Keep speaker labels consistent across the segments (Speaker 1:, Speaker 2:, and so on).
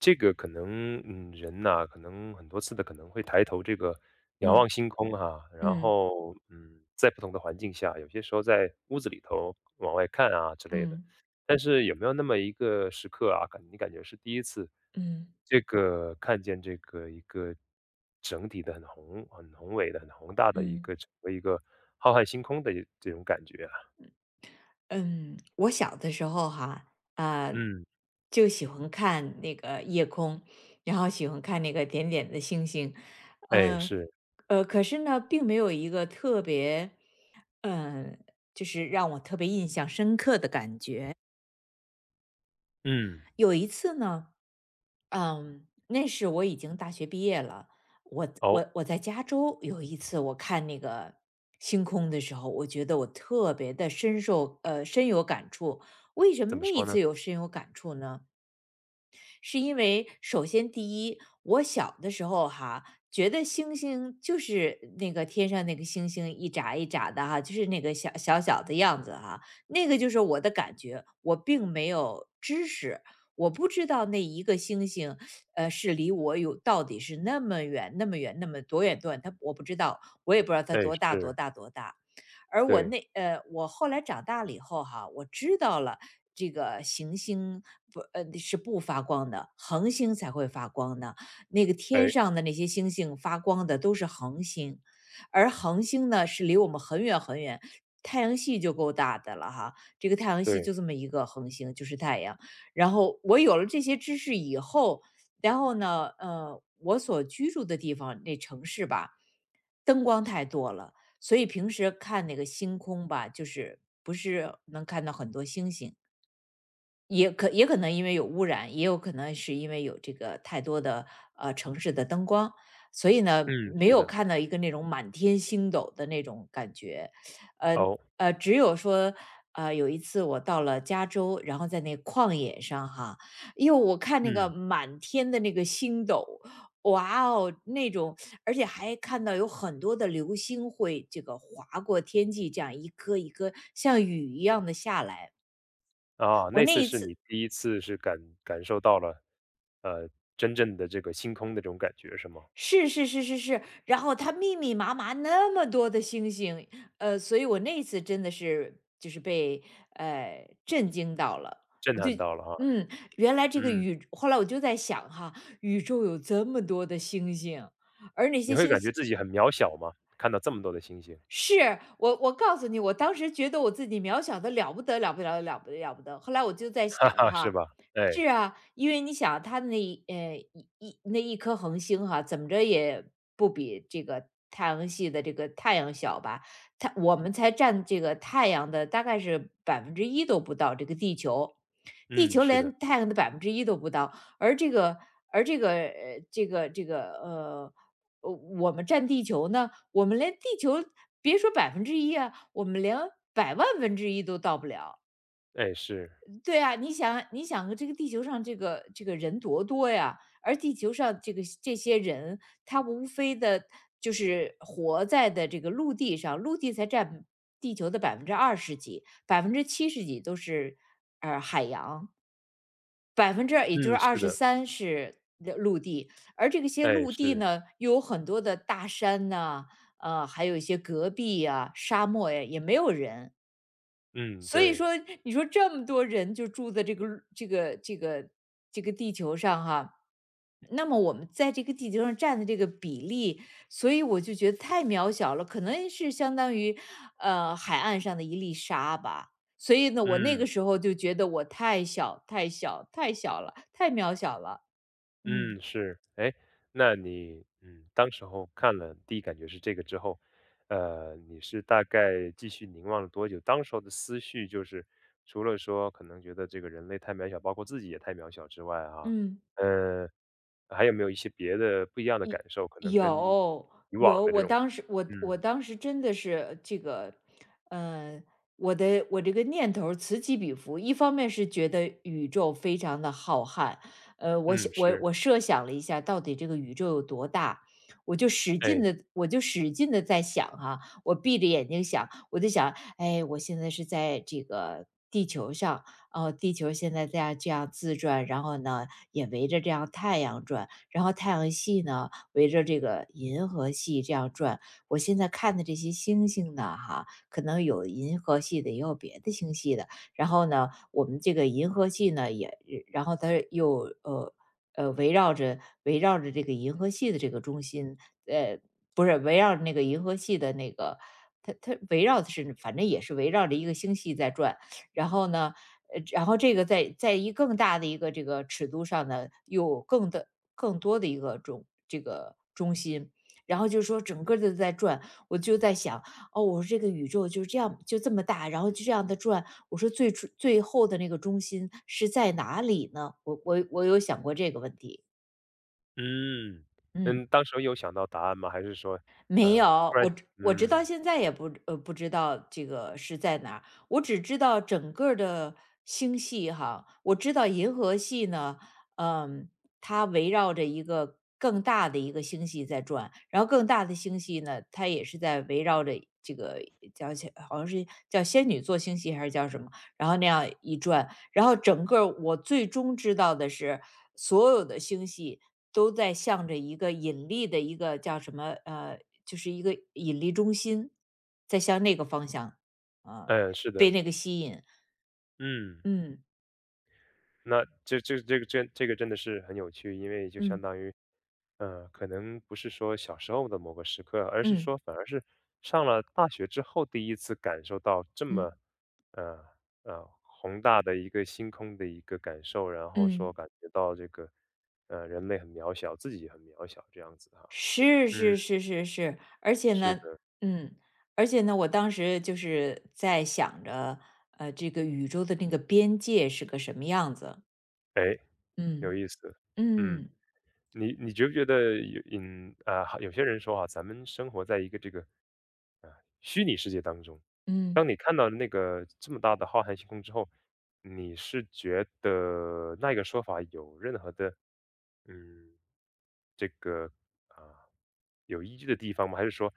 Speaker 1: 这个可能，人呐，可能很多次的可能会抬头这个仰
Speaker 2: 嗯
Speaker 1: 望星空哈，然
Speaker 2: 嗯
Speaker 1: 后，在不同的环境下，有些时候在屋子里头往外看啊之类的。
Speaker 2: 嗯
Speaker 1: 但是有没有那么一个时刻啊，你感觉是第一次，
Speaker 2: 嗯
Speaker 1: 这个看见这个一个整体的很宏伟的、很宏大的一
Speaker 2: 嗯
Speaker 1: 个整个一个浩瀚星空的这种感觉啊？
Speaker 2: 嗯，我小的时候哈，啊，
Speaker 1: 嗯，
Speaker 2: 就喜欢看那个夜空，然后喜欢看那个点点的星星，
Speaker 1: 哎，
Speaker 2: 呃
Speaker 1: 是，
Speaker 2: 可是呢，并没有一个特别，嗯、就是让我特别印象深刻的感觉。
Speaker 1: 嗯，
Speaker 2: 有一次呢，嗯，那是我已经大学毕业了，我
Speaker 1: 哦，
Speaker 2: 我我在加州有一次我看那个星空的时候，我觉得我特别的深受深有感触。为什
Speaker 1: 怎
Speaker 2: 么
Speaker 1: 么
Speaker 2: 那
Speaker 1: 说
Speaker 2: 一
Speaker 1: 呢？
Speaker 2: 次有深有感触呢？是因为首先第一，我小的时候哈，觉得星星就是那个天上那个星星一眨一眨的哈，就是那个小小的样子哈，那个就是我的感觉，我并没有知识。我不知道那一个星星，呃，是离我有到底是那么远、那么远、那么多远、多远，它我不知道，我也不知道它
Speaker 1: 哎，
Speaker 2: 多大、多
Speaker 1: 是，
Speaker 2: 大、多大。而
Speaker 1: 对，
Speaker 2: 我后来长大了以后哈，我知道了这个行星不呃是不发光的，恒星才会发光呢。那个天
Speaker 1: 哎，
Speaker 2: 上的那些星星发光的都是恒星，而恒星呢是离我们很远很远，太阳系就够大的了哈。这个太阳系
Speaker 1: 对。
Speaker 2: 就这么一个恒星，就是太阳。然后我有了这些知识以后，然后呢，呃，我所居住的地方那城市吧，灯光太多了，所以平时看那个星空吧，就是不是能看到很多星星。也可能因为有污染，也有可能是因为有这个太多的呃城市的灯光，所以
Speaker 1: 嗯，
Speaker 2: 呢，没
Speaker 1: 是
Speaker 2: 有
Speaker 1: 的，
Speaker 2: 看到一个那种满天星斗的那种感觉，呃
Speaker 1: 哦，
Speaker 2: 只有说。呃，有一次我到了加州，然后在那旷野上哈，哟，我看那个
Speaker 1: 嗯。
Speaker 2: 满天的那个星斗，哇哦，那种，而且还看到有很多的流星会这个划过天际，这样一颗一颗像雨一样的下来。
Speaker 1: 啊，
Speaker 2: 我
Speaker 1: 那
Speaker 2: 那
Speaker 1: 次
Speaker 2: 一
Speaker 1: 是你
Speaker 2: 次
Speaker 1: 第一次是感受到了，呃，真正的这个星空的这种感觉是吗？
Speaker 2: 是是是是是，然后它密密麻麻那么多的星星，呃，所以我那一次真的是就是被震惊到了，
Speaker 1: 震
Speaker 2: 我就
Speaker 1: 撼到了哈，
Speaker 2: 嗯，原来这个
Speaker 1: 嗯，
Speaker 2: 宇，后来我就在想哈，宇宙有这么多的星星，而那
Speaker 1: 你
Speaker 2: 些
Speaker 1: 会
Speaker 2: 星
Speaker 1: 感觉
Speaker 2: 星
Speaker 1: 自己很渺小吗？看到这么多的星星，
Speaker 2: 是，我我告诉你，我当时觉得我自己渺小的了不得，后来我就在
Speaker 1: 哈
Speaker 2: 想
Speaker 1: 哈，是
Speaker 2: 哈，
Speaker 1: 吧？哎，
Speaker 2: 是啊，因为你想它的那一呃一一那一颗恒星哈，怎么着也不比这个太阳系的这个太阳小吧？它我们才占这个太阳的大概是百分之一都不到，这个地球，地
Speaker 1: 嗯，
Speaker 2: 球
Speaker 1: 是的，
Speaker 2: 连太阳的百分之一都不到，而这个而这个呃我们占地球呢，我们连地球别说百分之一啊，我们连百万分之一都到不了。
Speaker 1: 哎，是，
Speaker 2: 对啊，你想这个地球上这个这个人多多呀，而地球上这个这些人，他无非的就是活在的这个陆地上，陆地才占地球的百分之二十几，百分之七十几都是，呃，海洋。百分之也就是
Speaker 1: 嗯，
Speaker 2: 二
Speaker 1: 是
Speaker 2: 十
Speaker 1: 的，
Speaker 2: 三是陆地，而这个些
Speaker 1: 哎，
Speaker 2: 陆地
Speaker 1: 是，
Speaker 2: 呢，又有很多的大山呐，呃，还有一些戈壁呀、沙漠呀，也没有人。
Speaker 1: 嗯，
Speaker 2: 所以
Speaker 1: 对，
Speaker 2: 说，你说这么多人就住在这个这个这个地球上哈，那么我们在这个地球上占的这个比例，所以我就觉得太渺小了，可能是相当于海岸上的一粒沙吧。所以呢，我那个
Speaker 1: 嗯。
Speaker 2: 时候就觉得我太小、太小、太小了，太渺小了。嗯
Speaker 1: 嗯，是，哎，那你，当时候看了第一感觉是这个之后，你是大概继续凝望了多久？当时候的思绪就是，除了说可能觉得这个人类太渺小，包括自己也太渺小之外啊，
Speaker 2: 嗯。
Speaker 1: 呃，还有没有一些别的不一样的感
Speaker 2: 一
Speaker 1: 受？可能跟
Speaker 2: 有
Speaker 1: 以往
Speaker 2: 有，
Speaker 1: 的这种，
Speaker 2: 我
Speaker 1: 嗯
Speaker 2: 当时真的是这个，呃，我这个念头儿此起彼伏。一方面是觉得宇宙非常的浩瀚，呃，
Speaker 1: 嗯，是，
Speaker 2: 我设想了一下，到底这个宇宙有多大，
Speaker 1: 哎，
Speaker 2: 我就使劲的在想哈、我闭着眼睛想，我就想，哎，我现在是在这个。地球上，哦，地球现在在这样自转，然后呢，也围着这样太阳转，然后太阳系呢，围着这个银河系这样转。我现在看的这些星星呢，哈，可能有银河系的，也有别的星系的。然后呢，我们这个银河系呢，也然后它又呃呃围绕着这个银河系的这个中心，呃，不是围绕着那个银河系的那个，它围绕的是反正也是围绕着一个星系在转。然后呢，呃，然后这个在一更大的一个这个尺度上呢，有更的更多的一个这个中心，然后就是说整个的在转，我就在想，哦，我说这个宇宙就这样就这么大，然后就这样的转，我说最初最后的那个中心是在哪里呢？我有想过这个问题，
Speaker 1: 嗯
Speaker 2: 嗯。
Speaker 1: 当时候有想到答案吗？还是说，
Speaker 2: 没
Speaker 1: 突
Speaker 2: 有，
Speaker 1: 然，
Speaker 2: 我直到
Speaker 1: 嗯
Speaker 2: 现在也不知道这个是在哪儿，我只知道整个儿的星系哈，我知道银河系呢，嗯，它围绕着一个更大的一个星系在转，然后更大的星系呢，它也是在围绕着这个叫起好像是叫仙女座星系还是叫什么，然后那样一转，然后整个儿我最终知道的是，所有的星系都在向着一个引力的一个叫什么呃，就是一个引力中心，在向那个方向，啊，
Speaker 1: 嗯，是
Speaker 2: 被
Speaker 1: 的，
Speaker 2: 那个吸引。
Speaker 1: 嗯。
Speaker 2: 嗯
Speaker 1: 那这个真的是很有趣，因为就相
Speaker 2: 嗯
Speaker 1: 当于，可能不是说小时候的某个时刻，而是
Speaker 2: 嗯
Speaker 1: 说反而是上了大学之后第一次感受到这
Speaker 2: 嗯
Speaker 1: 么，呃宏大的一个星空的一个感受，然后说
Speaker 2: 嗯，
Speaker 1: 感觉到这个，人类很渺小，自己也很渺小这样子哈。
Speaker 2: 是
Speaker 1: 嗯。
Speaker 2: 是是是是，而且
Speaker 1: 是
Speaker 2: 呢，
Speaker 1: 的，
Speaker 2: 嗯，而且呢，我当时就是在想着，呃，这个宇宙的那个边界是个什么样子？
Speaker 1: 哎，有
Speaker 2: 嗯
Speaker 1: 意思，嗯。
Speaker 2: 嗯
Speaker 1: 你觉不觉得有些人说啊，咱们生活在一个啊、虚拟世界当中，
Speaker 2: 嗯，
Speaker 1: 当你看到那个这么大的浩瀚星空之后，你是觉得那个说法有任何的？嗯，这个啊，有依据的地方吗？还是说，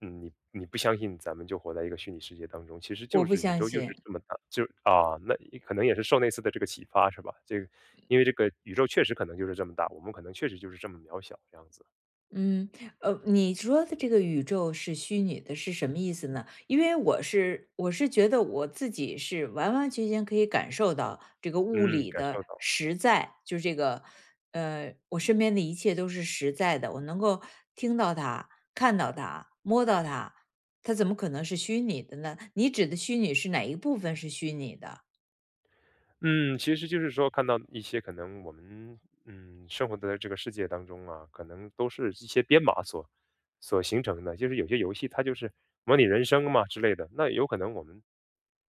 Speaker 1: 你不相信咱们就活在一个虚拟世界当中，其实
Speaker 2: 我
Speaker 1: 就
Speaker 2: 不
Speaker 1: 是宇
Speaker 2: 相
Speaker 1: 宙就是
Speaker 2: 信。
Speaker 1: 这么大，就啊，那也可能也是受那次的这个启发是吧？因为这个宇宙确实可能就是这么大，我们可能确实就是这么渺小这样子。
Speaker 2: 嗯，呃，你说的这个宇宙是虚拟的，是什么意思呢？因为我是觉得我自己是完完全全可以感受到这个物
Speaker 1: 嗯，
Speaker 2: 理
Speaker 1: 感
Speaker 2: 的
Speaker 1: 受到。
Speaker 2: 实在，就是这个，呃，我身边的一切都是实在的，我能够听到它、看到它、摸到它，它怎么可能是虚拟的呢？你指的虚拟是哪一部分是虚拟的？
Speaker 1: 嗯，其实就是说看到一些可能我们生活的这个世界当中啊，可能都是一些编码所形成的，就是有些游戏它就是模拟人生嘛之类的，那有可能我们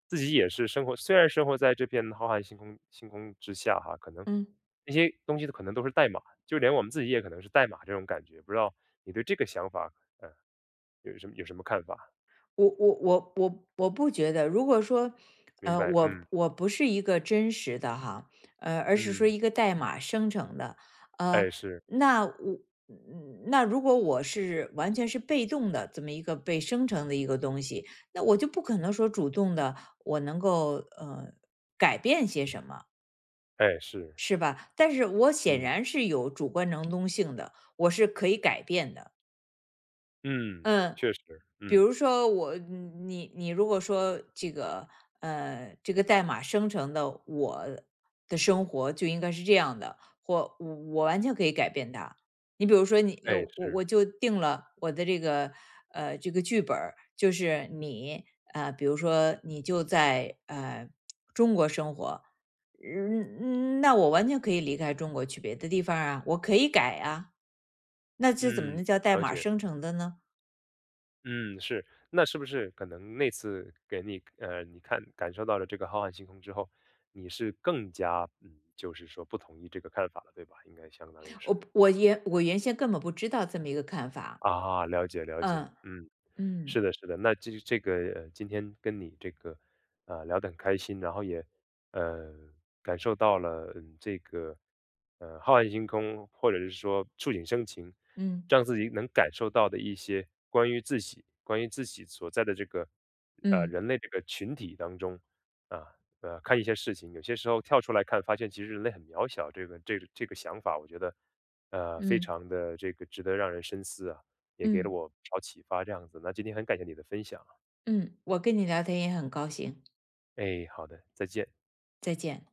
Speaker 1: 自己也是生活，虽然生活在这片浩瀚星空之下哈，可能
Speaker 2: 嗯。
Speaker 1: 那些东西可能都是代码，就连我们自己也可能是代码这种感觉，不知道你对这个想法呃有什么看法？
Speaker 2: 我不觉得，如果说，
Speaker 1: 明
Speaker 2: 呃，
Speaker 1: 白，
Speaker 2: 我
Speaker 1: 嗯
Speaker 2: 我不是一个真实的哈，呃，而是说
Speaker 1: 嗯，
Speaker 2: 一个代码生成的，
Speaker 1: 哎
Speaker 2: 呃，
Speaker 1: 是
Speaker 2: 那我嗯，那如果我是完全是被动的这么一个被生成的一个东西，那我就不可能说主动的我能够改变些什么，
Speaker 1: 哎是，
Speaker 2: 是吧？但是我显
Speaker 1: 嗯。
Speaker 2: 然是有主观能动性的，我是可以改变的，
Speaker 1: 嗯，
Speaker 2: 嗯。
Speaker 1: 确实，
Speaker 2: 比
Speaker 1: 嗯，
Speaker 2: 如说我你，你如果说这个这个代码生成的我的生活就应该是这样的，或我完全可以改变它。你比如说
Speaker 1: 哎，是，
Speaker 2: 我就定了我的这个这个剧本儿，就是比如说你就在中国生活，嗯嗯，那我完全可以离开中国去别的地方啊，我可以改啊，那这怎么
Speaker 1: 嗯，
Speaker 2: 能叫代
Speaker 1: 了
Speaker 2: 码
Speaker 1: 解，
Speaker 2: 生成的呢？
Speaker 1: 嗯，是，那是不是可能那次给你，你看感受到了这个浩瀚星空之后，你是更加，就是说不同意这个看法了，对吧？应该相当于
Speaker 2: 我
Speaker 1: 是，
Speaker 2: 不我我原先根本不知道这么一个看法，
Speaker 1: 啊，了解了解，嗯。是
Speaker 2: 嗯
Speaker 1: 的，是的，那这个今天跟你聊得很开心，然后也呃感受到了这个浩瀚星空，或者是说触景生情，
Speaker 2: 嗯
Speaker 1: 让自己能感受到的一些关于自己、关于自己所在的这个
Speaker 2: 嗯嗯
Speaker 1: 人类这个群体当中啊看一些事情，有些时候跳出来看，发现其实人类很渺小，这个想法，我觉得非
Speaker 2: 嗯
Speaker 1: 常的这个值得让人深思啊。也
Speaker 2: 嗯
Speaker 1: 给了
Speaker 2: 嗯
Speaker 1: 我不少启发这样子。那今天很感谢你的分享，
Speaker 2: 嗯，我跟你聊天也很高兴，
Speaker 1: 哎，好的，再见。
Speaker 2: 再见。